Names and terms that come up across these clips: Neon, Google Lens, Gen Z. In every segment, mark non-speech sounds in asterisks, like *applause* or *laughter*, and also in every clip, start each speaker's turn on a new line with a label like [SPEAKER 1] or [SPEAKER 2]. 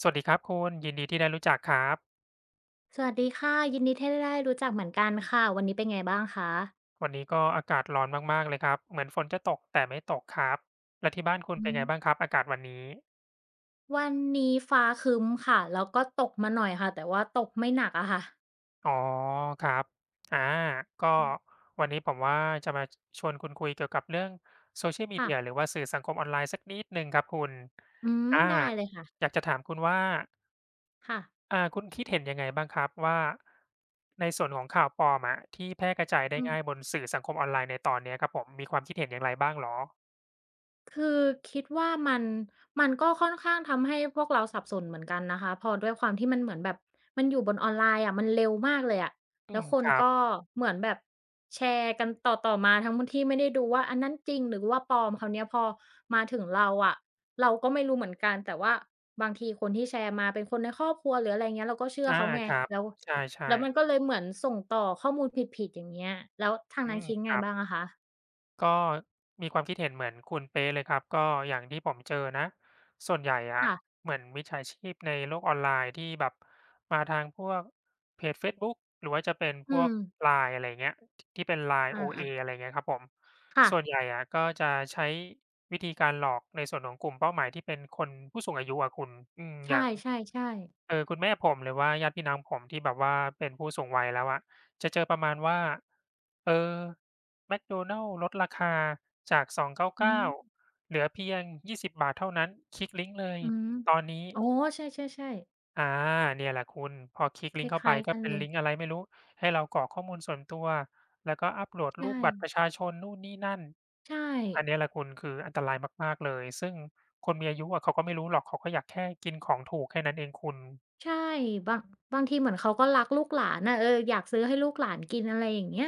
[SPEAKER 1] สวัสดีครับคุณยินดีที่ได้รู้จักครับ
[SPEAKER 2] สวัสดีค่ะยินดีที่ได้รู้จักเหมือนกันค่ะวันนี้เป็นไงบ้างคะ
[SPEAKER 1] วันนี้ก็อากาศร้อนมากๆเลยครับเหมือนฝนจะตกแต่ไม่ตกครับแล้วที่บ้านคุณ
[SPEAKER 2] อื
[SPEAKER 1] เป็น
[SPEAKER 2] ม
[SPEAKER 1] ไงบ้างครับอากาศวันนี้
[SPEAKER 2] วันนี้ฟ้าครึ้มค่ะแล้วก็ตกมาหน่อยค่ะแต่ว่าตกไม่หนักอะค่ะ
[SPEAKER 1] อ๋อครับอาก็
[SPEAKER 2] อืม
[SPEAKER 1] วันนี้ผมว่าจะมาวนคุณคุยเกี่ยวกับเรื่อง Social
[SPEAKER 2] ค่ะ
[SPEAKER 1] Media หรือว่าสื่อสังคมออนไลน์สักนิดหนึ่งครับคุณ
[SPEAKER 2] อืม
[SPEAKER 1] อา
[SPEAKER 2] ได้เลยค่ะ
[SPEAKER 1] อยากจะถามคุณว่า
[SPEAKER 2] ค่ะ
[SPEAKER 1] คุณคิดเห็นยังไงบ้างครับว่าในส่วนของข่าวปลอมอะที่แพร่กระจายได้
[SPEAKER 2] อื
[SPEAKER 1] ง่ายบ
[SPEAKER 2] ม
[SPEAKER 1] นสื่อสังคมออนไลน์ในตอนเนี้ยครับผมมีความคิดเห็นอย่างไรบ้างเหรอ
[SPEAKER 2] คือคิดว่ามันมันก็ค่อนข้างทำให้พวกเราสับสนเหมือนกันนะคะพอด้วยความที่มันเหมือนแบบมันอยู่บนออนไลน์อะมันเร็วมากเลยอะ
[SPEAKER 1] อื
[SPEAKER 2] แล้ว
[SPEAKER 1] ม
[SPEAKER 2] ค
[SPEAKER 1] ค
[SPEAKER 2] น
[SPEAKER 1] รับ
[SPEAKER 2] ก็เหมือนแบบแชร์กันต่อๆมาทั้งที่ไม่ได้ดูว่าอันนั้นจริงหรือว่าปลอมคราวเนี้ยพอมาถึงเราอะเราก็ไม่รู้เหมือนกันแต่ว่าบางทีคนที่แชร์มาเป็นคนในครอบครัวหรืออะไรอย่างเงี้ยเราก็เชื่อ
[SPEAKER 1] อา
[SPEAKER 2] เขาไง
[SPEAKER 1] ครับ
[SPEAKER 2] แล้ว
[SPEAKER 1] ใช่
[SPEAKER 2] แล้วมันก็
[SPEAKER 1] ๆ
[SPEAKER 2] เลยเหมือนส่งต่อข้อมูลผิดๆอย่างเงี้ยแล้วทาง
[SPEAKER 1] อื
[SPEAKER 2] นั้น
[SPEAKER 1] ม
[SPEAKER 2] คิด
[SPEAKER 1] ค
[SPEAKER 2] ไง
[SPEAKER 1] รับ
[SPEAKER 2] บ้างอะคะ
[SPEAKER 1] ก็มีความคิดเห็นเหมือนคุณเป๊ะเลยครับก็อย่างที่ผมเจอนะส่วนใหญ่อะ
[SPEAKER 2] ค่ะ
[SPEAKER 1] เหมือนมิจฉาชีพในโลกออนไลน์ที่แบบมาทางพวกเพจเฟซบุ๊กหรือว่าจะเป็นพ
[SPEAKER 2] อื
[SPEAKER 1] วก
[SPEAKER 2] ม
[SPEAKER 1] LINE อะไรเงี้ยที่เป็น LINE
[SPEAKER 2] อา
[SPEAKER 1] OA อะไรเงี้ยครับผม
[SPEAKER 2] ๆค่ะ
[SPEAKER 1] ส่วนใหญ่อะก็จะใช้วิธีการหลอกในส่วนของกลุ่มเป้าหมายที่เป็นคนผู้สูงอายุอะคุณอืมอ
[SPEAKER 2] ใช่
[SPEAKER 1] ย่าง
[SPEAKER 2] ใช่ใช่
[SPEAKER 1] คือคุณแม่ผมหรือว่าญาติพี่น้องผมที่แบบว่าเป็นผู้สูงวัยแล้วอะจะเจอประมาณว่าเออแมคโดนัลด์ลดราคาจาก2.99
[SPEAKER 2] อื
[SPEAKER 1] เก้าสิ
[SPEAKER 2] ม
[SPEAKER 1] บเก้าเหลือเพียงยี่สิบ20เท่านั้นคลิกลิงก์เลย
[SPEAKER 2] อืม
[SPEAKER 1] ตอนนี้
[SPEAKER 2] อ๋อใช่ๆๆ
[SPEAKER 1] อาเนี่ยแหละคุณพอคลิก
[SPEAKER 2] ค
[SPEAKER 1] ลิ
[SPEAKER 2] ล
[SPEAKER 1] งก์เข้าไป
[SPEAKER 2] ้ายๆ
[SPEAKER 1] ก็
[SPEAKER 2] กัน
[SPEAKER 1] เป็น
[SPEAKER 2] เลย
[SPEAKER 1] ลิงก์อะไรไม่รู้ให้เรากรอกข้อมูลส่วนตัวแล้วก็อัปโหลด
[SPEAKER 2] ใช่
[SPEAKER 1] รูปบัตรประชาชนนู่นนี่นั่น
[SPEAKER 2] ใช่
[SPEAKER 1] อันเนี้ยแหละคุณคืออันตรายมากๆเลยซึ่งคนมีอายุอะเขาก็ไม่รู้หรอกเขาก็อยากแค่กินของถูกแค่นั้นเองคุณ
[SPEAKER 2] ใช่บางบางทีเหมือนเขาก็รักลูกหลานน่ะเอออยากซื้อให้ลูกหลานกินอะไรอย่างเงี้ย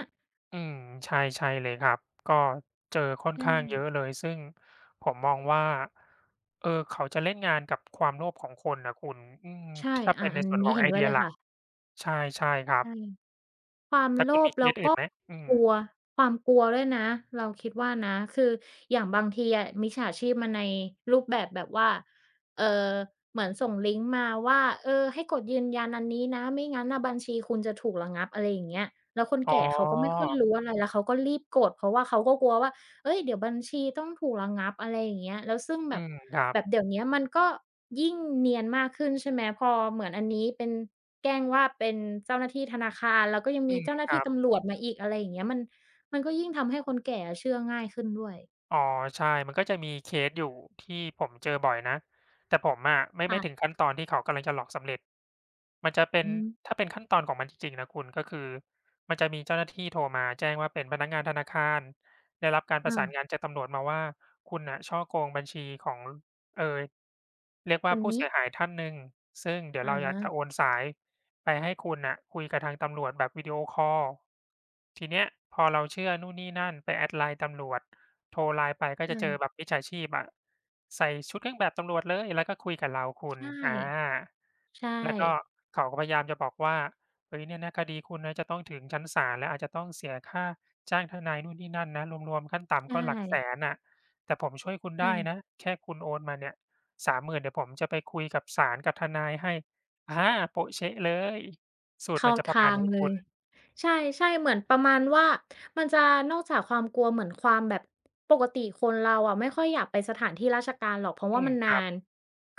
[SPEAKER 1] อืมใช่ใช่เลยครับก็เจอค่อน
[SPEAKER 2] ใช
[SPEAKER 1] ข้างเยอะ
[SPEAKER 2] ่
[SPEAKER 1] เลยซึ่งผมมองว่าเออเขาจะเล่นงานกับความโลภของคนน่ะคุณอืม
[SPEAKER 2] ใช่
[SPEAKER 1] ถ้า
[SPEAKER 2] อา
[SPEAKER 1] เป็นใน
[SPEAKER 2] อัน
[SPEAKER 1] ส่วนข
[SPEAKER 2] นี้
[SPEAKER 1] อง
[SPEAKER 2] เห็
[SPEAKER 1] ไอ
[SPEAKER 2] นด้ว
[SPEAKER 1] เดี
[SPEAKER 2] ย
[SPEAKER 1] ย
[SPEAKER 2] เล
[SPEAKER 1] ห
[SPEAKER 2] ย
[SPEAKER 1] ลัก
[SPEAKER 2] ค่ะ
[SPEAKER 1] ใช่ใช่ครับ
[SPEAKER 2] ใช่ ความ
[SPEAKER 1] แล้ว
[SPEAKER 2] โล
[SPEAKER 1] คุณมี
[SPEAKER 2] ภ
[SPEAKER 1] เค
[SPEAKER 2] แล้ว
[SPEAKER 1] สอื่น
[SPEAKER 2] ก็
[SPEAKER 1] ไหมอืม
[SPEAKER 2] กลัวความกลัวด้วยนะเราคิดว่านะคืออย่างบางทีอะมิจฉาชีพมาในรูปแบบแบบว่าเอ่อเหมือนส่งลิงก์มาว่าเออให้กดยืนยันอันนี้นะไม่งั้นน่ะบัญชีคุณจะถูกระงับอะไรอย่างเงี้ยแล้วคน
[SPEAKER 1] อ๋อ
[SPEAKER 2] แก่เขาก็ไม่ค่อยรู้อะไรแล้วเขาก็รีบกดเพราะว่าเขาก็กลัวว่า เอ้ยเดี๋ยวบัญชีต้องถูกระงับอะไรอย่างเงี้ยแล้วซึ่งแบ
[SPEAKER 1] อื
[SPEAKER 2] บ
[SPEAKER 1] มครับ
[SPEAKER 2] แบบเดี๋ยวเนี้ยมันก็ยิ่งเนียนมากขึ้นใช่ไหมพอเหมือนอันนี้เป็นแกล้งว่าเป็นเจ้าหน้าที่ธนาคารแล้วก็ยัง
[SPEAKER 1] อื
[SPEAKER 2] มี
[SPEAKER 1] ม
[SPEAKER 2] เจ้าห
[SPEAKER 1] ค
[SPEAKER 2] น้า
[SPEAKER 1] รั
[SPEAKER 2] ที่
[SPEAKER 1] บ
[SPEAKER 2] ตำรวจมาอีกอะไรอย่างเงี้ยมันก็ยิ่งทำให้คนแก่อะเชื่อง่ายขึ้นด้วย
[SPEAKER 1] อ๋อใช่มันก็จะมีเคสอยู่ที่ผมเจอบ่อยนะแต่ผมอะไม่ถึง
[SPEAKER 2] ค่ะ
[SPEAKER 1] ขั้นตอนที่เขากำลังจะหลอกสำเร็จ มันจะเป็น
[SPEAKER 2] อืม
[SPEAKER 1] ถ้าเป็นขั้นตอนของมันจริงๆนะคุณก็คือมันจะมีเจ้าหน้าที่โทรมาแจ้งว่าเป็นพนักงานธนาคารได้รับการประ
[SPEAKER 2] อา
[SPEAKER 1] สานงานจากตำรวจมาว่าคุณน่ะฉ้อโกงบัญชีของเอ่อเรียก
[SPEAKER 2] ค
[SPEAKER 1] ว่า
[SPEAKER 2] น
[SPEAKER 1] ผู้
[SPEAKER 2] นี้
[SPEAKER 1] เสียหายท่านหนึ่งซึ่งเดี๋ยว
[SPEAKER 2] อา
[SPEAKER 1] เราอยากจะโอนสายไปให้คุณน่ะคุยกับทางตำรวจแบบวิดีโอคอลทีเนี้ยพอเราเชื่อนู่นนี่นั่นไป add LINE ตำรวจ โทรไลน์ไปก็จะ
[SPEAKER 2] ใช่
[SPEAKER 1] เจอแบบมิจฉาชีพอะใส่ชุดเครื่องแบบตำรวจเลยแล้วก็คุยกับเราคุณ
[SPEAKER 2] ใช่
[SPEAKER 1] อา
[SPEAKER 2] ใช่
[SPEAKER 1] แล้วก็เขาก็พยายามจะบอกว่าเฮ้ยเนี่ยนะคดีคุณนะจะต้องถึงชั้นศาลและอาจจะต้องเสียค่าจ้างทนายนู่นนี่นั่นนะรวมๆขั้นต่ำ
[SPEAKER 2] ใช่
[SPEAKER 1] ก็หลักแสนน่ะแต่ผมช่วยคุณได้นะ
[SPEAKER 2] ใช่
[SPEAKER 1] แค่คุณโอนมาเนี่ยสามหมื่นเดี๋ยวผมจะไปคุยกับศาลกับทนายให้อาโป๊ะเช๊ะเลยสูตรมั
[SPEAKER 2] เข้า
[SPEAKER 1] นจะประมาณ
[SPEAKER 2] ทาง
[SPEAKER 1] นี้
[SPEAKER 2] เล
[SPEAKER 1] คุณ
[SPEAKER 2] ยใช่ใช่เหมือนประมาณว่ามันจะนอกจากความกลัวเหมือนความแบบปกติคนเราอะไม่ค่อยอยากไปสถานที่ราชการหรอกเพราะ
[SPEAKER 1] อื
[SPEAKER 2] ว่า
[SPEAKER 1] ม
[SPEAKER 2] มัน
[SPEAKER 1] ครั
[SPEAKER 2] นา
[SPEAKER 1] บ
[SPEAKER 2] น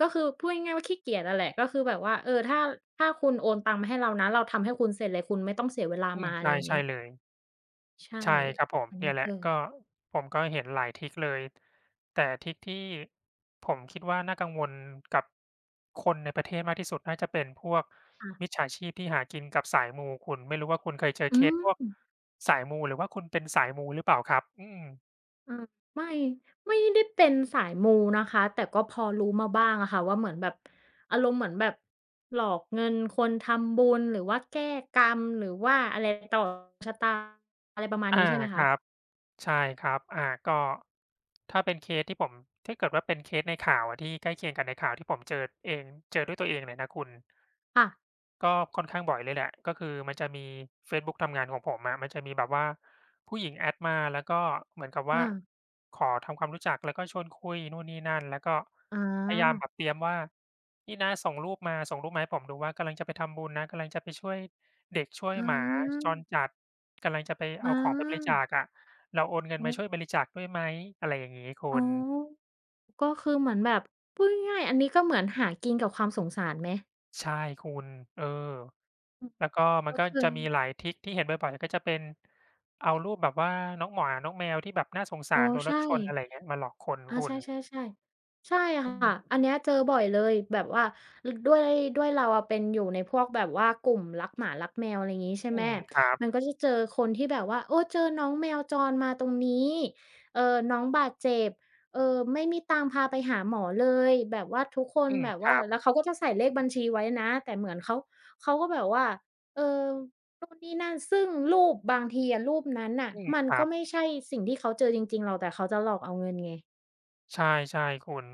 [SPEAKER 2] ก็คือพูดง่ายๆว่าขี้เกียจอะแหละก็คือแบบว่าเออถ้าคุณโอนตังค์มาให้เรานะเราทำให้คุณเสร็จเลยคุณไม่ต้องเสียเวลา
[SPEAKER 1] อืม
[SPEAKER 2] มาอะ
[SPEAKER 1] ใช่
[SPEAKER 2] ไรอย่าง
[SPEAKER 1] ใช่
[SPEAKER 2] เงี้ย
[SPEAKER 1] เลย
[SPEAKER 2] ใช่
[SPEAKER 1] ใช่ครับผม
[SPEAKER 2] อัน
[SPEAKER 1] เนี่
[SPEAKER 2] นี้
[SPEAKER 1] ยแห
[SPEAKER 2] เจ
[SPEAKER 1] ละ
[SPEAKER 2] อ
[SPEAKER 1] ก็ผมก็เห็นหลายทริกเลยแต่ทริกที่ผมคิดว่าน่ากังวลกับคนในประเทศมากที่สุดน่าจะเป็นพวกมิจ
[SPEAKER 2] ค่ะ
[SPEAKER 1] ฉาชีพที่หากินกับสายมูคุณไม่รู้ว่าคุณเคยเจอเค
[SPEAKER 2] อื
[SPEAKER 1] ส
[SPEAKER 2] ม
[SPEAKER 1] พวกสายมูหรือว่าคุณเป็นสายมูหรือเปล่าครับอืม
[SPEAKER 2] อาไม่ไม่ได้เป็นสายมูนะคะแต่ก็พอรู้มาบ้างอะค่ะว่าเหมือนแบบอารมณ์เหมือนแบบหลอกเงินคนทำบุญหรือว่าแก้กรรมหรือว่าอะไรต่อชะตาอะไรประมาณนี้
[SPEAKER 1] อา
[SPEAKER 2] ใช่ไหม
[SPEAKER 1] ค
[SPEAKER 2] คะ
[SPEAKER 1] รับใช่ครับอาก็ถ้าเป็นเคสที่ผมถ้าเกิดว่าเป็นเคสในข่าวอะที่ใกล้เคียงกับในข่าวที่ผมเจอเองเจอด้วยตัวเองเลยนะคุณ
[SPEAKER 2] ค่ะ
[SPEAKER 1] ก็ค่อนข้างบ่อยเลยแหละก็คือมันจะมีเฟซบุ๊กทำงานของผมอะมันจะมีแบบว่าผู้หญิงแอดมาแล้วก็เหมือนกับว่า
[SPEAKER 2] อา
[SPEAKER 1] ขอทำความรู้จักแล้วก็ชวนคุยนู่นนี่นั่นแล้วก็
[SPEAKER 2] อ
[SPEAKER 1] พยายามแบ
[SPEAKER 2] า
[SPEAKER 1] บเตรียมว่านี่นะส่งรูปมาส่งรูปมาให้ผมดูว่ากำลังจะไปทำบุญนะกำลังจะไปช่วยเด็กช่วย
[SPEAKER 2] อาอ
[SPEAKER 1] หมา
[SPEAKER 2] า
[SPEAKER 1] จรจัดกำลังจะไปเอาของไปบริจาคอะเราโอนเงิน
[SPEAKER 2] อือ
[SPEAKER 1] มาช่วยบริจาคด้วยไหมอะไรอย่างงี้คุ
[SPEAKER 2] อ๋อ
[SPEAKER 1] ณ
[SPEAKER 2] ก็คือเหมือนแบบพูดง่ายๆอันนี้ก็เหมือนหากินกับความสงสารไหม
[SPEAKER 1] ใช่คุณเออ
[SPEAKER 2] อืม
[SPEAKER 1] แล้วก็มัน
[SPEAKER 2] ก็
[SPEAKER 1] ก็
[SPEAKER 2] คือ
[SPEAKER 1] จะมีหลายทริกที่เห็นบ่อยๆก็จะเป็นเอารูปแบบว่าน้องหมาน้องแมวที่แบบน่าสง
[SPEAKER 2] อ๋
[SPEAKER 1] สา
[SPEAKER 2] อ
[SPEAKER 1] รโดนร
[SPEAKER 2] ใช่
[SPEAKER 1] ถชนอะไรอย่างเงี้ยมาหลอกคน
[SPEAKER 2] อา
[SPEAKER 1] คุ
[SPEAKER 2] ใช
[SPEAKER 1] ณ
[SPEAKER 2] ่ๆๆใช่
[SPEAKER 1] อื
[SPEAKER 2] ค่ะ
[SPEAKER 1] ม
[SPEAKER 2] อันเนี้ยเจอบ่อยเลยแบบว่าลด้วยด้วยเราอะเป็นอยู่ในพวกแบบว่ากลุ่มรักหมารักแมวอะไรอย่างงี้ใช่
[SPEAKER 1] อื
[SPEAKER 2] ไหม
[SPEAKER 1] มครับ
[SPEAKER 2] มันก็จะเจอคนที่แบบว่าโอ้เจอน้องแมวจรมาตรงนี้เอ่อน้องบาดเจ็บเอ่อไม่มีตังค์พาไปหาหมอเลยแบบว่าทุกคน
[SPEAKER 1] อืม
[SPEAKER 2] แบบ
[SPEAKER 1] ครั
[SPEAKER 2] ว่า
[SPEAKER 1] บ
[SPEAKER 2] แล้วเขาก็จะใส่เลขบัญชีไว้นะแต่เหมือนเขาก็แบบว่าเออนู่นนี่นั่นซึ่งรูปบางทีอะรูปนั้นน่ะ
[SPEAKER 1] อืม
[SPEAKER 2] มัน
[SPEAKER 1] ครั
[SPEAKER 2] ก็
[SPEAKER 1] บ
[SPEAKER 2] ไม่ใช่สิ่งที่เขาเจอจริงๆหรอกแต่เขาจะหลอกเอาเงินไง
[SPEAKER 1] ใช่ๆคุณ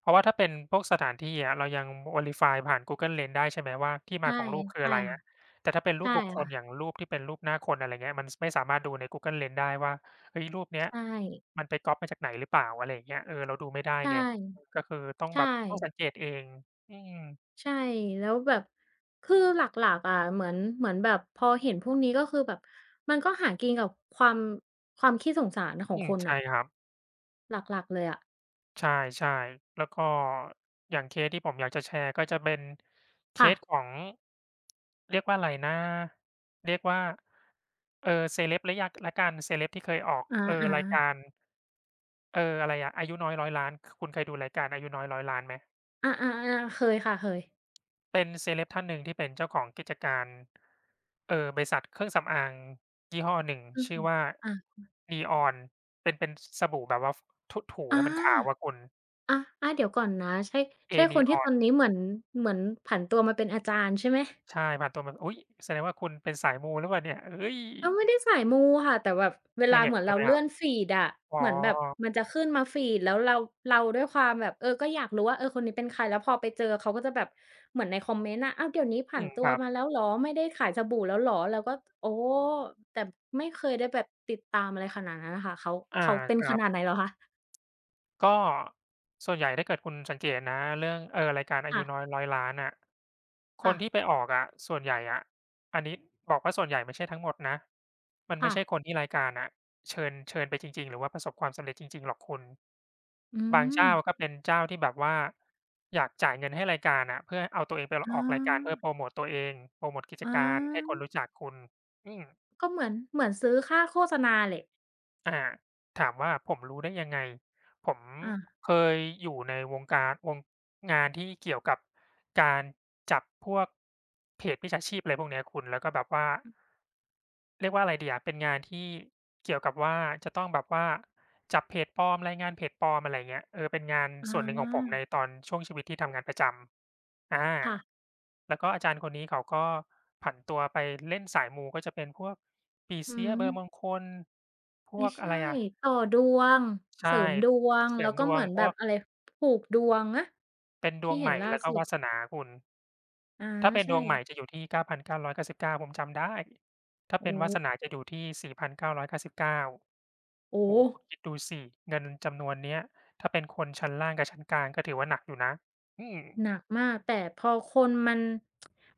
[SPEAKER 1] เพราะว่าถ้าเป็นพวกสถานที่อะเรายัง Verify ผ่าน Google Lens ได้ใช่ไหมว่าที่มา
[SPEAKER 2] ใช่
[SPEAKER 1] ของรูปคือ
[SPEAKER 2] ใช่
[SPEAKER 1] อะไรอะ
[SPEAKER 2] ค่ะ
[SPEAKER 1] แต่ถ้าเป็นรูป
[SPEAKER 2] ใช่
[SPEAKER 1] บุคคลอย่าง
[SPEAKER 2] ค่ะ
[SPEAKER 1] รูปที่เป็นรูปหน้าคนอะไรเงี้ยมันสไม่สามารถดูใน Google Lens ได้ว่าเฮ้ยรูปเนี้ย
[SPEAKER 2] ใช่
[SPEAKER 1] มันไปก๊อปมาจากไหนหรือเปล่าอะไรอย่างเงี้ยเออเราดูไม่ได้
[SPEAKER 2] ใช่
[SPEAKER 1] ไงก็คือต้องแบ
[SPEAKER 2] ใช่
[SPEAKER 1] บต้องสังเกตเองอืม
[SPEAKER 2] ใช่แล้วแบบคือหลักๆอะเหมือนเหมือนแบบพอเห็นพวกนี้ก็คือแบบมันก็หากินกับความความขี้สงสารขอ
[SPEAKER 1] อื
[SPEAKER 2] ง
[SPEAKER 1] ม
[SPEAKER 2] คน
[SPEAKER 1] ใช่
[SPEAKER 2] น่ะ
[SPEAKER 1] ครับ
[SPEAKER 2] หลักๆเลยอะ
[SPEAKER 1] ใช่ๆแล้วก็อย่างเคสที่ผมอยากจะแชร์ก็จะเป็นเค
[SPEAKER 2] ค่ะ
[SPEAKER 1] สของเรียกว่าอะไรนะเรียกว่าเซเลบแล้วยากแล้วกันเซเลบที่เคยออก
[SPEAKER 2] อา
[SPEAKER 1] ราย
[SPEAKER 2] ๆ
[SPEAKER 1] การอะไรอะอายุน้อยร้อยล้านคคุณเคยดูรายการอายุน้อย1้อยล้านไหม
[SPEAKER 2] อาๆๆเคยค่ะเคย
[SPEAKER 1] เป็นเซเลบท่านหนึ่งที่เป็นเจ้าของกิจการบริษัทเครื่องสำอางยี่ห้อหนึ่ง
[SPEAKER 2] อือ
[SPEAKER 1] ชื่อ
[SPEAKER 2] ฮึ
[SPEAKER 1] ว่า
[SPEAKER 2] อา
[SPEAKER 1] Neon เป็นเป็นสสบู่แบบว่าฟถูถู
[SPEAKER 2] อา
[SPEAKER 1] แล้วมันขาวอะคุณ
[SPEAKER 2] อาอาเดี๋ยวก่อนนะใช่ใช่
[SPEAKER 1] เอ
[SPEAKER 2] คนที่ต
[SPEAKER 1] Neon
[SPEAKER 2] อนนี้เหมือนเหมือนผันตัวมาเป็นอาจารย์ใช่ไหม
[SPEAKER 1] ใช่ผ่านตัวมาอุ๊ยแสดงว่าคุณเป็นสายมูหรือเปล่าเนี่ยเฮ้ย
[SPEAKER 2] เราไม่ได้สายมูค่ะแต่แบบเว
[SPEAKER 1] เคย
[SPEAKER 2] ลา
[SPEAKER 1] เห็
[SPEAKER 2] เห
[SPEAKER 1] น
[SPEAKER 2] มือน
[SPEAKER 1] ใช่
[SPEAKER 2] เรา
[SPEAKER 1] ไหมครั
[SPEAKER 2] เลื่
[SPEAKER 1] บ
[SPEAKER 2] อนฟีดอะ
[SPEAKER 1] อ๋อ
[SPEAKER 2] เหมือนแบบมันจะขึ้นมาฟีดแล้วเราด้วยความแบบเออก็อยากรู้ว่าเออคนนี้เป็นใครแล้วพอไปเจอเขาก็จะแบบเหมือนในคอมเมนต์อะอ้าวเดี๋ยวนี้
[SPEAKER 1] อื
[SPEAKER 2] ผัน
[SPEAKER 1] มค
[SPEAKER 2] ตัว
[SPEAKER 1] รับ
[SPEAKER 2] มาแล้วเหรอไม่ได้ขายสบู่แล้วเหรอเราก็โอ้แต่ไม่เคยได้แบบติดตามอะไรขนาดนั้นน่ะค่ะเขา
[SPEAKER 1] อา
[SPEAKER 2] เขาเป็
[SPEAKER 1] ค
[SPEAKER 2] นข
[SPEAKER 1] รับ
[SPEAKER 2] นาดไหนเหรอคะ
[SPEAKER 1] ก็ส่วนใหญ่ถ้าเกิดคุณสังเกตนะเรื่องรายการอายุน้อย
[SPEAKER 2] ค
[SPEAKER 1] ร้อยล้านอะคน
[SPEAKER 2] ่
[SPEAKER 1] ที่ไปออกอะส่วนใหญ่อะอันนี้บอกว่าส่วนใหญ่ไม่ใช่ทั้งหมดนะมันไม่
[SPEAKER 2] ะ
[SPEAKER 1] ใช่
[SPEAKER 2] ๆ
[SPEAKER 1] คน
[SPEAKER 2] ๆ
[SPEAKER 1] ที่รายการอะเชิญไปจริงๆหรือว่าประสบความสำเร็จจริงๆหรอกคุณ
[SPEAKER 2] อื
[SPEAKER 1] บาง
[SPEAKER 2] ม
[SPEAKER 1] เจ้าก็เป็นเจ้าที่แบบว่าอยากจ่ายเงินให้รายการอะเพื่อเอาตัวเองไปอ
[SPEAKER 2] อ๋อ
[SPEAKER 1] อกรายการเพื่อโพรโมตตัวเองโพรโมตกิจ
[SPEAKER 2] อ๋อ
[SPEAKER 1] การให้คนรู้จักคุณอืม
[SPEAKER 2] ก็เหมือนเหมือนซื้อค่าโฆษณาแหละ
[SPEAKER 1] อาถามว่าผมรู้ได้ยังไงผม
[SPEAKER 2] อา
[SPEAKER 1] เคยอยู่ในวงการวงงานที่เกี่ยวกับการจับพวกเพจมิจฉาชีพอะไรพวกเนี้ยคุณแล้วก็แบบว่าเรียกว่าอะไรดีอะเป็นงานที่เกี่ยวกับว่าจะต้องแบบว่าจับเพจปลอมรายงานเพจปลอมอะไรเงี้ยเออเป็นงาน
[SPEAKER 2] อ๋อ
[SPEAKER 1] ส่วนหนึ่งของผมในตอนช่วงชีวิตที่ทำงานประจำอา
[SPEAKER 2] ค่ะ
[SPEAKER 1] แล้วก็อาจารย์คนนี้เขาก็ผันตัวไปเล่นสายมูก็จะเป็นพวกปี
[SPEAKER 2] อื
[SPEAKER 1] เสีย
[SPEAKER 2] ม
[SPEAKER 1] เบอร์มงคลพว
[SPEAKER 2] ไม่
[SPEAKER 1] กอะ
[SPEAKER 2] ใช่
[SPEAKER 1] ไรอะ
[SPEAKER 2] ต่อดวงเสริ
[SPEAKER 1] ใช่
[SPEAKER 2] มดวง
[SPEAKER 1] เสริ
[SPEAKER 2] แล้
[SPEAKER 1] ม
[SPEAKER 2] ว
[SPEAKER 1] ด
[SPEAKER 2] ก็
[SPEAKER 1] ว
[SPEAKER 2] เห
[SPEAKER 1] ง
[SPEAKER 2] มือน
[SPEAKER 1] พ
[SPEAKER 2] แบ
[SPEAKER 1] ว
[SPEAKER 2] บ
[SPEAKER 1] ก
[SPEAKER 2] อะไรผูกดวงนะ
[SPEAKER 1] เป็นดว
[SPEAKER 2] ที่
[SPEAKER 1] งให
[SPEAKER 2] เห็น
[SPEAKER 1] ม่
[SPEAKER 2] ล่า
[SPEAKER 1] แล้วก็
[SPEAKER 2] สุด
[SPEAKER 1] วาสนาคุณ
[SPEAKER 2] อา
[SPEAKER 1] ถ้าเป็นด
[SPEAKER 2] ใช่
[SPEAKER 1] วงใหม่จะอยู่ที่9,999ผมจำได้ถ้าเป็น
[SPEAKER 2] โอ้
[SPEAKER 1] วาสนาจะอยู่ที่4,999
[SPEAKER 2] โอ้
[SPEAKER 1] โอ้
[SPEAKER 2] โฮ
[SPEAKER 1] โฮคุณคิดดูสิเงินจำนวนเนี้ยถ้าเป็นคนชั้นล่างกับชั้นกลางก็ถือว่าหนักอยู่นะอืม
[SPEAKER 2] หนักมากแต่พอคนมัน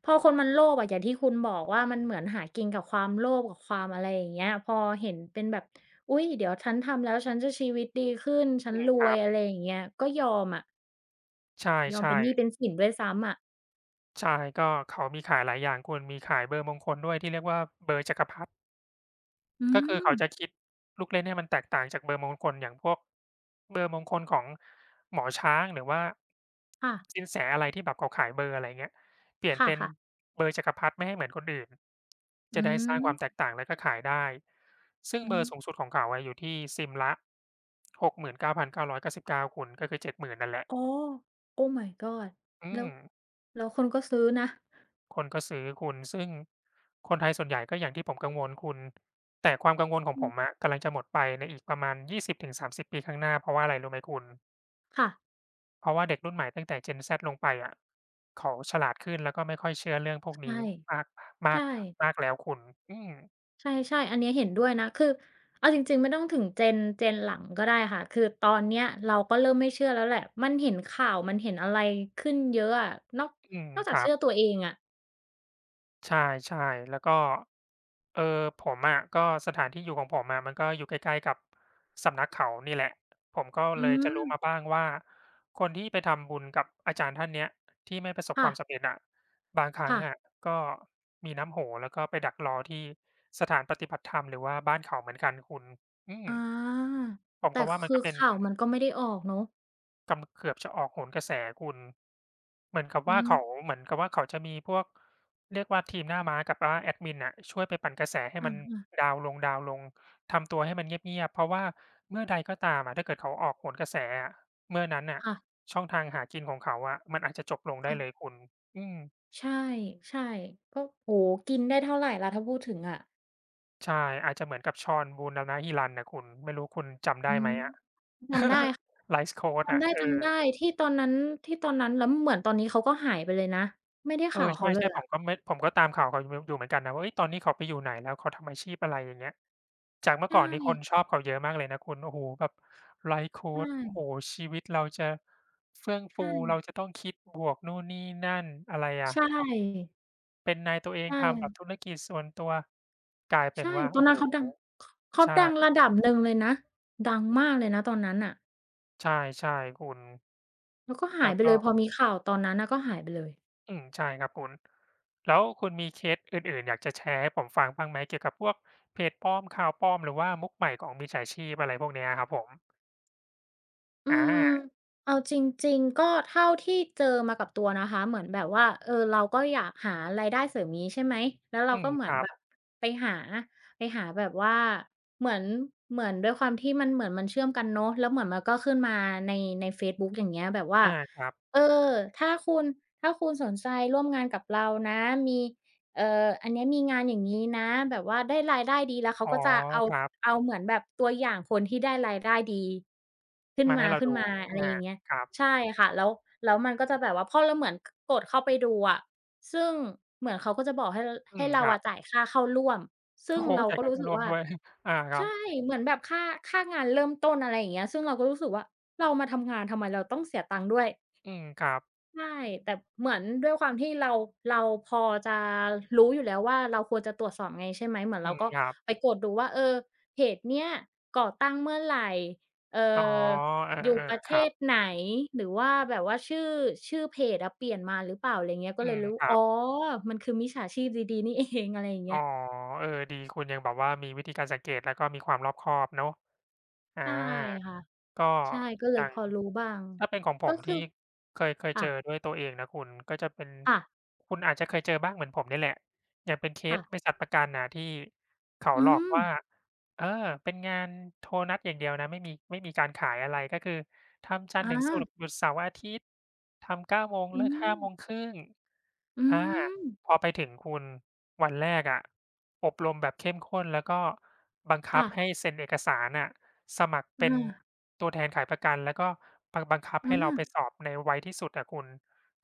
[SPEAKER 2] โลภอะอย่างที่คุณบอกว่ามันเหมือนหากินกับความโลภกับความอะไรอย่างเงี้ยพอเห็นเป็นแบบอุ๊ยเดี๋ยวฉันทำแล้วฉันจะชีวิตดีขึ้นฉั
[SPEAKER 1] อื
[SPEAKER 2] น
[SPEAKER 1] ม
[SPEAKER 2] ร
[SPEAKER 1] ค
[SPEAKER 2] ว
[SPEAKER 1] รั
[SPEAKER 2] ย
[SPEAKER 1] บ
[SPEAKER 2] อะไรอย่างเงี้ยก็ยอมอะ
[SPEAKER 1] ใ
[SPEAKER 2] ยอม
[SPEAKER 1] ช่
[SPEAKER 2] เป็นหนี้เป็น
[SPEAKER 1] ๆ
[SPEAKER 2] สินด้วยซ้ำอะ
[SPEAKER 1] ใช่ก็เขามีขายหลายอย่างคุณมีขายเบอร์มงคลด้วยที่เรียกว่าเบอร์จักรพรรดิ
[SPEAKER 2] อื
[SPEAKER 1] ก็คือ
[SPEAKER 2] ม
[SPEAKER 1] เขาจะคิดลูกเล่นให้มันแตกต่างจากเบอร์มงคลอย่างพวกเบอร์มงคลของหมอช้างหรือว่า
[SPEAKER 2] ค่ะ
[SPEAKER 1] สินแสอะไรที่แบบเขาขายเบอร์อะไรเงี้ยเปลี่ยน
[SPEAKER 2] ค
[SPEAKER 1] เป็น
[SPEAKER 2] ่ะๆ
[SPEAKER 1] เบอร์จักรพรรดิไม่ให้เหมือนคนอื่น
[SPEAKER 2] อื
[SPEAKER 1] จะได้สร้างความแตก
[SPEAKER 2] ม
[SPEAKER 1] ต่างแล้วก็ขายได้ซึ่ง
[SPEAKER 2] อื
[SPEAKER 1] เบอ
[SPEAKER 2] ม
[SPEAKER 1] ร์สูงสุดของเขาอะอยู่ที่ซิมละ69,999คุณก็คือ70,000นนั่นแหละ
[SPEAKER 2] อ๋อ Oh my god
[SPEAKER 1] อื
[SPEAKER 2] แล้ว
[SPEAKER 1] ม
[SPEAKER 2] แล้วคนก็ซื้อนะ
[SPEAKER 1] คนก็ซื้อคุณซึ่งคนไทยส่วนใหญ่ก็อย่างที่ผมกังวลคุณแต่ความกังวลของ
[SPEAKER 2] อื
[SPEAKER 1] ผม
[SPEAKER 2] ม
[SPEAKER 1] อะกำลังจะหมดไปในอีกประมาณ20-30ปีข้างหน้าเพราะว่าอะไรรู้ไหมคุณ
[SPEAKER 2] ค่ะ
[SPEAKER 1] เพราะว่าเด็กรุ่นใหม่ตั้งแต่ Gen Z ลงไปอะเขาฉลาดขึ้นแล้วก็ไม่ค่อยเชื่อเรื่องพวก
[SPEAKER 2] ใช่
[SPEAKER 1] นี้มากมาก
[SPEAKER 2] ใช่
[SPEAKER 1] มากแล้วคุณอืม
[SPEAKER 2] ใช่ๆอันเนี้ยเห็นด้วยนะคือเอาจริงๆไม่ต้องถึงเจนเจนหลังก็ได้ค่ะคือตอนเนี้ยเราก็เริ่มไม่เชื่อแล้วแหละมันเห็นข่าวมันเห็นอะไรขึ้นเยอะอะนอก
[SPEAKER 1] อืม
[SPEAKER 2] นอก
[SPEAKER 1] ค
[SPEAKER 2] จาก
[SPEAKER 1] รับ
[SPEAKER 2] เชื่อตัวเองอะ
[SPEAKER 1] ใช่ๆแล้วก็เอ่อผมอะก็สถานที่อยู่ของผมอะมันก็อยู่ใกล้ๆกับสำนักเขานี่แหละผมก็
[SPEAKER 2] อื
[SPEAKER 1] เลยจะ
[SPEAKER 2] ม
[SPEAKER 1] รู้มาบ้างว่าคนที่ไปทำบุญกับอาจารย์ท่านเนี้ยที่ไม่ประสบค
[SPEAKER 2] ค่
[SPEAKER 1] วามสำเร็จอะบางครั้ง
[SPEAKER 2] ะๆ
[SPEAKER 1] อะก็มีน้ำโหแล้วก็ไปดักรอที่สถานปฏิบัติธรรมหรือว่าบ้านเขาเหมือนกันคุณอืม
[SPEAKER 2] อา
[SPEAKER 1] ผมก็
[SPEAKER 2] แต่
[SPEAKER 1] ว่ามัน
[SPEAKER 2] คื
[SPEAKER 1] ก็
[SPEAKER 2] อ
[SPEAKER 1] เป็น
[SPEAKER 2] ข่าวมันก็ไม่ได้ออกเนาะ
[SPEAKER 1] กำเกือบจะออกโหนกระแสคุณเหมือนกับ
[SPEAKER 2] อื
[SPEAKER 1] ว่า
[SPEAKER 2] ม
[SPEAKER 1] เขาเหมือนกับว่าเขาจะมีพวกเรียกว่าทีมหน้าม้ากับว่าแอดมินน่ะช่วยไปปั่นกระแสให้
[SPEAKER 2] อ
[SPEAKER 1] มัน
[SPEAKER 2] าๆ
[SPEAKER 1] ดาวน์ลงดาวน์ลงทำตัวให้มันเงียบๆเพราะว่าเมื่อใดก็ตามอะถ้าเกิดเขาออกโหนกระแสอะเมื่อนั้นน่ะ
[SPEAKER 2] ค่ะ
[SPEAKER 1] ช่องทางหากินของเขาอะมันอาจจะจบลงได้
[SPEAKER 2] ก็
[SPEAKER 1] เลยคุณอืม
[SPEAKER 2] ใช่ๆก็โอ้โฮกินได้เท่าไรล่ะถ้าพูดถึงอะ
[SPEAKER 1] ใช่อาจจะเหมือนกับชอนบูรณฮิรัญน่ะคุณไม่รู้คุณจำได้
[SPEAKER 2] อื
[SPEAKER 1] ไหม
[SPEAKER 2] ม
[SPEAKER 1] อะ *laughs* ไลฟ์โค้ชอะ
[SPEAKER 2] จำได้
[SPEAKER 1] เออ
[SPEAKER 2] จำได้ที่ตอนนั้นแล้วเหมือนตอนนี้เขาก็หายไปเลยนะไม่ได้
[SPEAKER 1] เออ
[SPEAKER 2] ข่าว
[SPEAKER 1] ใช
[SPEAKER 2] เขาเล
[SPEAKER 1] ่
[SPEAKER 2] ย
[SPEAKER 1] ๆผ
[SPEAKER 2] อะ
[SPEAKER 1] มก็ไม่ผมก็ตามข่าวเขาอยู่เหมือนกันนะว่าเฮ้ยตอนนี้เขาไปอยู่ไหนแล้วเขาทำอาชีพอะไรอย่างเงี้ยจากเมื่อ
[SPEAKER 2] ใช่
[SPEAKER 1] ก่อนนี่คนชอบเขาเยอะมากเลยนะคุณโอ้โฮแบบไลฟ์โค
[SPEAKER 2] ใ
[SPEAKER 1] ชโอ้โฮ
[SPEAKER 2] ช่
[SPEAKER 1] ชีวิตเราจะเฟื่องฟู
[SPEAKER 2] ใช่
[SPEAKER 1] เราจะต้องคิดบวกนู่นนี่นั่นอะไรอะ
[SPEAKER 2] ใช
[SPEAKER 1] ท
[SPEAKER 2] ่
[SPEAKER 1] ำเป็นนายตัวเองทำแบบ
[SPEAKER 2] ใช่
[SPEAKER 1] ธุรกิจส่วนตัวกลายเป็น
[SPEAKER 2] ใช่
[SPEAKER 1] ว่า
[SPEAKER 2] ตอ
[SPEAKER 1] โอ้
[SPEAKER 2] น
[SPEAKER 1] โฮ
[SPEAKER 2] นั้นเขาดังขเขาดัง
[SPEAKER 1] ใช่
[SPEAKER 2] ระดับหนึ่งเลยนะดังมากเลยนะตอนนั้นน่ะ
[SPEAKER 1] ใช่ๆคุณ
[SPEAKER 2] แล้วก็หา
[SPEAKER 1] แล้
[SPEAKER 2] ย
[SPEAKER 1] ว
[SPEAKER 2] ไป
[SPEAKER 1] ก็
[SPEAKER 2] เลยพอมีข่าวตอนนั้นน่ะก็หายไปเลย
[SPEAKER 1] อืมใช่ครับคุณแล้วคุณมีเคสอื่นๆอยากจะแชร์ให้ผมฟังบ้างไหมเกี่ยวกับพวกเพจปลอมข่าวปลอมหรือว่ามุกใหม่ของมิจฉาชีพอะไรพวกเนี้ยครับผม
[SPEAKER 2] อื
[SPEAKER 1] อา
[SPEAKER 2] มเอาจริงๆก็เท่าที่เจอมากับตัวนะคะ เหมือนแบบว่า เออเราก็อยากหารายได้เสริมนี้ใช่ไหม แล้วเรา
[SPEAKER 1] อืม
[SPEAKER 2] ก็เห
[SPEAKER 1] ค
[SPEAKER 2] มือน
[SPEAKER 1] รับ
[SPEAKER 2] แบบไปหาแบบว่าเหมือนเหมือนด้วยความที่มันเหมือนมันเชื่อมกันเนาะแล้วเหมือนมันก็ขึ้นมาในเฟซบุ๊กอย่างเงี้ยแบบว่า
[SPEAKER 1] อาครับ
[SPEAKER 2] เออถ้าคุณสนใจร่วมงานกับเรานะ มี อันเนี้ยมีงานอย่างงี้นะแบบว่าได้รายได้ดีแล้วเขา
[SPEAKER 1] อ๋อ
[SPEAKER 2] ก็จะเอา
[SPEAKER 1] ครับ
[SPEAKER 2] เอาเหมือนแบบตัวอย่างคนที่ได้รายได้ดีขึ้น
[SPEAKER 1] มาให้
[SPEAKER 2] มา
[SPEAKER 1] เราดู
[SPEAKER 2] อะไรอ
[SPEAKER 1] อา
[SPEAKER 2] ย่างเงี้ย
[SPEAKER 1] ครับ
[SPEAKER 2] ใช่ค่ะแล้วมันก็จะแบบว่าพอเราเหมือนกกดเข้าไปดูอะซึ่งเหมือนเขาก็จะบอก
[SPEAKER 1] อื
[SPEAKER 2] ให้
[SPEAKER 1] ม
[SPEAKER 2] เรา
[SPEAKER 1] ครับ
[SPEAKER 2] อะจ่ายค่าเข้าร่วมซึ่
[SPEAKER 1] โอ้
[SPEAKER 2] ง
[SPEAKER 1] โฮ
[SPEAKER 2] เรา
[SPEAKER 1] จ่าย
[SPEAKER 2] ก็
[SPEAKER 1] ค่า
[SPEAKER 2] รู้
[SPEAKER 1] เข้า
[SPEAKER 2] สึก
[SPEAKER 1] ร่วม
[SPEAKER 2] ว่า
[SPEAKER 1] ด้วย *laughs* อาครั
[SPEAKER 2] ใช่
[SPEAKER 1] บ
[SPEAKER 2] เหมือนแบบค่างานเริ่มต้นอะไรอย่างเงี้ยซึ่งเราก็รู้สึกว่าเรามาทำงานทำไมเราต้องเสียตังค์ด้วย
[SPEAKER 1] อืมครับ
[SPEAKER 2] ใช่แต่เหมือนด้วยความที่เราเราพอจะรู้อยู่แล้วว่าเราควรจะตรวจสอบไงใช่ไหมเหมือน
[SPEAKER 1] อื
[SPEAKER 2] เรา
[SPEAKER 1] ม
[SPEAKER 2] ก็
[SPEAKER 1] ครับ
[SPEAKER 2] ไปกดดูว่าเออเพจเนี้ยก่อตั้งเมื่อไหรเอ่อ
[SPEAKER 1] อ๋อเอ
[SPEAKER 2] อยู่
[SPEAKER 1] อ
[SPEAKER 2] ประ
[SPEAKER 1] ๆค
[SPEAKER 2] เท
[SPEAKER 1] รับ
[SPEAKER 2] ศไหนหรือว่าแบบว่าชื่อเพจอะเปลี่ยนมาหรือเปล่าอะไรเงี้ยก็
[SPEAKER 1] อื
[SPEAKER 2] เลย
[SPEAKER 1] ม
[SPEAKER 2] รู้
[SPEAKER 1] ครั
[SPEAKER 2] อ๋อ
[SPEAKER 1] บ
[SPEAKER 2] มันคือมิจฉาชีพดีๆนี่เองอะไรอย่าง
[SPEAKER 1] อ๋
[SPEAKER 2] เงี้
[SPEAKER 1] อ
[SPEAKER 2] ย
[SPEAKER 1] เออดีคุณยังแบบว่ามีวิธีการสังเกตแล้วก็มีความรอบคอบเนาะอา
[SPEAKER 2] ใช่ค่ะ
[SPEAKER 1] ก็
[SPEAKER 2] ใช่ก็เล
[SPEAKER 1] อ
[SPEAKER 2] ย
[SPEAKER 1] ย่าง
[SPEAKER 2] พอรู้บ้าง
[SPEAKER 1] ถ้าเป็นของผ
[SPEAKER 2] ก็
[SPEAKER 1] ม
[SPEAKER 2] คื
[SPEAKER 1] ที่
[SPEAKER 2] อ
[SPEAKER 1] เคยเจอ
[SPEAKER 2] ค่ะ
[SPEAKER 1] ด้วยตัวเองนะคุณก็จะเป็น
[SPEAKER 2] ค่ะ
[SPEAKER 1] คุณอาจจะเคยเจอบ้างเหมือนผมนี่แหละอย่างเป็นเคส
[SPEAKER 2] ค่ะ
[SPEAKER 1] บริษัทประกันน่ะที่เขาห
[SPEAKER 2] อื
[SPEAKER 1] ลอก
[SPEAKER 2] ม
[SPEAKER 1] ว่าเออเป็นงานโทรนัดอย่างเดียวนะไม่มีการขายอะไรก็คือทำจัน
[SPEAKER 2] อ
[SPEAKER 1] ทร์ถึงศุกร์
[SPEAKER 2] า
[SPEAKER 1] หยุดเสาร์อาทิตย์ทำ9โมง
[SPEAKER 2] อื
[SPEAKER 1] เลิกห้า
[SPEAKER 2] ม
[SPEAKER 1] โมงครึ่ง
[SPEAKER 2] อื
[SPEAKER 1] อา
[SPEAKER 2] ม
[SPEAKER 1] พอไปถึงคุณวันแรกอะอบรมแบบเข้มข้นแล้วก็บังคับ
[SPEAKER 2] ค่ะ
[SPEAKER 1] ให้เซ็นเอกสารน่ะ สมัครเป็น
[SPEAKER 2] อา
[SPEAKER 1] ตัวแทนขายประกันแล้วก็บังคับให้
[SPEAKER 2] อา
[SPEAKER 1] เราไปสอบในไวที่สุดอะคุณ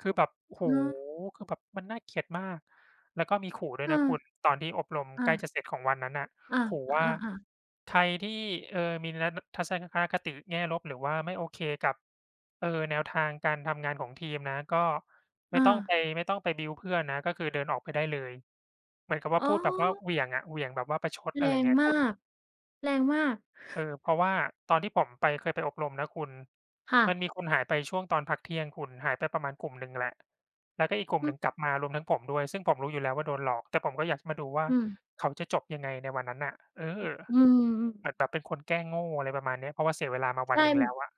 [SPEAKER 1] คือแบบโอ้โฮ
[SPEAKER 2] อ๋อ
[SPEAKER 1] คือแบบมันน่าเกลียดมากแล้วก็มีขู่ด้วยนะ
[SPEAKER 2] อา
[SPEAKER 1] คุณตอนที่อบรมใก
[SPEAKER 2] อา
[SPEAKER 1] ล้จะเสร็จของวันนั้นน่ะ
[SPEAKER 2] อา
[SPEAKER 1] ขู่ว่า
[SPEAKER 2] อาอา
[SPEAKER 1] ใครที่มีนัดทัศนคคติแง่ลบหรือว่าไม่โอเคกับแนวทางการทำงานของทีมนะก็ไม่ต้องไปไม่ต้องไปบิลเพื่อนนะก็คือเดินออกไปได้เลยเหมือนกับว่า
[SPEAKER 2] อ๋อ
[SPEAKER 1] พูดแบบว่าเหวี่ยงอะเหวี่ยงแบบว่าประชดอะ
[SPEAKER 2] แร
[SPEAKER 1] ไร
[SPEAKER 2] ง
[SPEAKER 1] เงี้ยคุณ
[SPEAKER 2] มากแรงมาก
[SPEAKER 1] เออเพราะว่าตอนที่ผมไปเคยไปอบรมนะคุณ
[SPEAKER 2] ค่ะ
[SPEAKER 1] มันมีคนหายไปช่วงตอนพักเที่ยงคุณหายไปประมาณกลุ่มหนึ่งแหละแล้วก็อีกกลุ่มห
[SPEAKER 2] อื
[SPEAKER 1] นึ่
[SPEAKER 2] ม
[SPEAKER 1] งกลับมารวมทั้งผมด้วยซึ่งผมรู้อยู่แล้วว่าโดนหลอกแต่ผมก็อยากจะมาดูว่า
[SPEAKER 2] อืม
[SPEAKER 1] เขาจะจบยังไงในวันนั้นน่ะเออ
[SPEAKER 2] อืม
[SPEAKER 1] เหมือนแบบเป็นคนแกล้งโง่อะไรประมาณเนี้ยเพราะว่าเสียเวลามาวัน
[SPEAKER 2] ใช่
[SPEAKER 1] หนึ่งแล้วอะ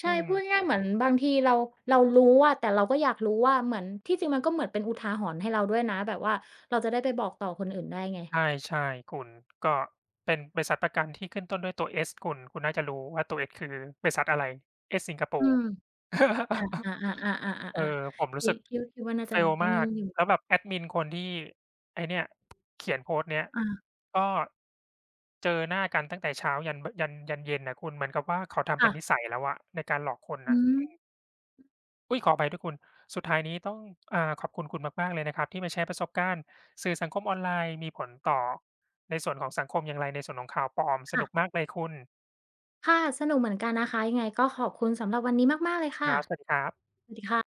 [SPEAKER 2] ใช่
[SPEAKER 1] อืม
[SPEAKER 2] พูดง่ายๆเหมือนบางทีเรารู้อะแต่เราก็อยากรู้ว่าเหมือนที่จริงมันก็เหมือนเป็นอุทาหรณ์ให้เราด้วยนะแบบว่าเราจะได้ไปบอกต่อคนอื่นได้ไง
[SPEAKER 1] ใช่ๆคุณก็เป็นบริษัทประกันที่ขึ้นต้นด้วยตัว S คุณคุณน่าจะรู้ว่าตัว S คือบริษัทอะไร S สิงคโป
[SPEAKER 2] อื
[SPEAKER 1] ร์
[SPEAKER 2] ม
[SPEAKER 1] *laughs*
[SPEAKER 2] อาๆๆ
[SPEAKER 1] เออผม
[SPEAKER 2] ๆๆๆ
[SPEAKER 1] รู้
[SPEAKER 2] คิ
[SPEAKER 1] สึ
[SPEAKER 2] ด
[SPEAKER 1] ก
[SPEAKER 2] คิดว่าน่าจะ
[SPEAKER 1] fail
[SPEAKER 2] ไอ้
[SPEAKER 1] มา
[SPEAKER 2] นี่
[SPEAKER 1] ก
[SPEAKER 2] อยู่
[SPEAKER 1] แล้วแบบแอดมินคนที่ไอ้เนี่ยเขียนโพสต์เนี้ย
[SPEAKER 2] อา
[SPEAKER 1] ก็เจอหน้ากันตั้งแต่เช้ายันเย็นน่ะคุณเหมือนกับว่าเขาทำเป็นนิ
[SPEAKER 2] ค่ะ
[SPEAKER 1] สัยแล้วอะในการหลอกคน
[SPEAKER 2] อื
[SPEAKER 1] น่ะ
[SPEAKER 2] ม
[SPEAKER 1] อุ๊ยขออภัยด้วยคุณสุดท้ายนี้ต้องขอบคุณคุณมากๆเลยนะครับที่มาแชร์ประสบการณ์สื่อสังคมออนไลน์มีผลต่อในส่วนของสังคมอย่างไรในส่วนของข่าวปลอมสนุก
[SPEAKER 2] ค่ะ
[SPEAKER 1] มากเลยคุณ
[SPEAKER 2] ค่ะสนุกเหมือนกันนะคะยังไงก็ขอบคุณสำหรับวันนี้มากๆเลย
[SPEAKER 1] ค
[SPEAKER 2] ค่ะ
[SPEAKER 1] รับสวัสดีครับ
[SPEAKER 2] สวัสดีค่ะ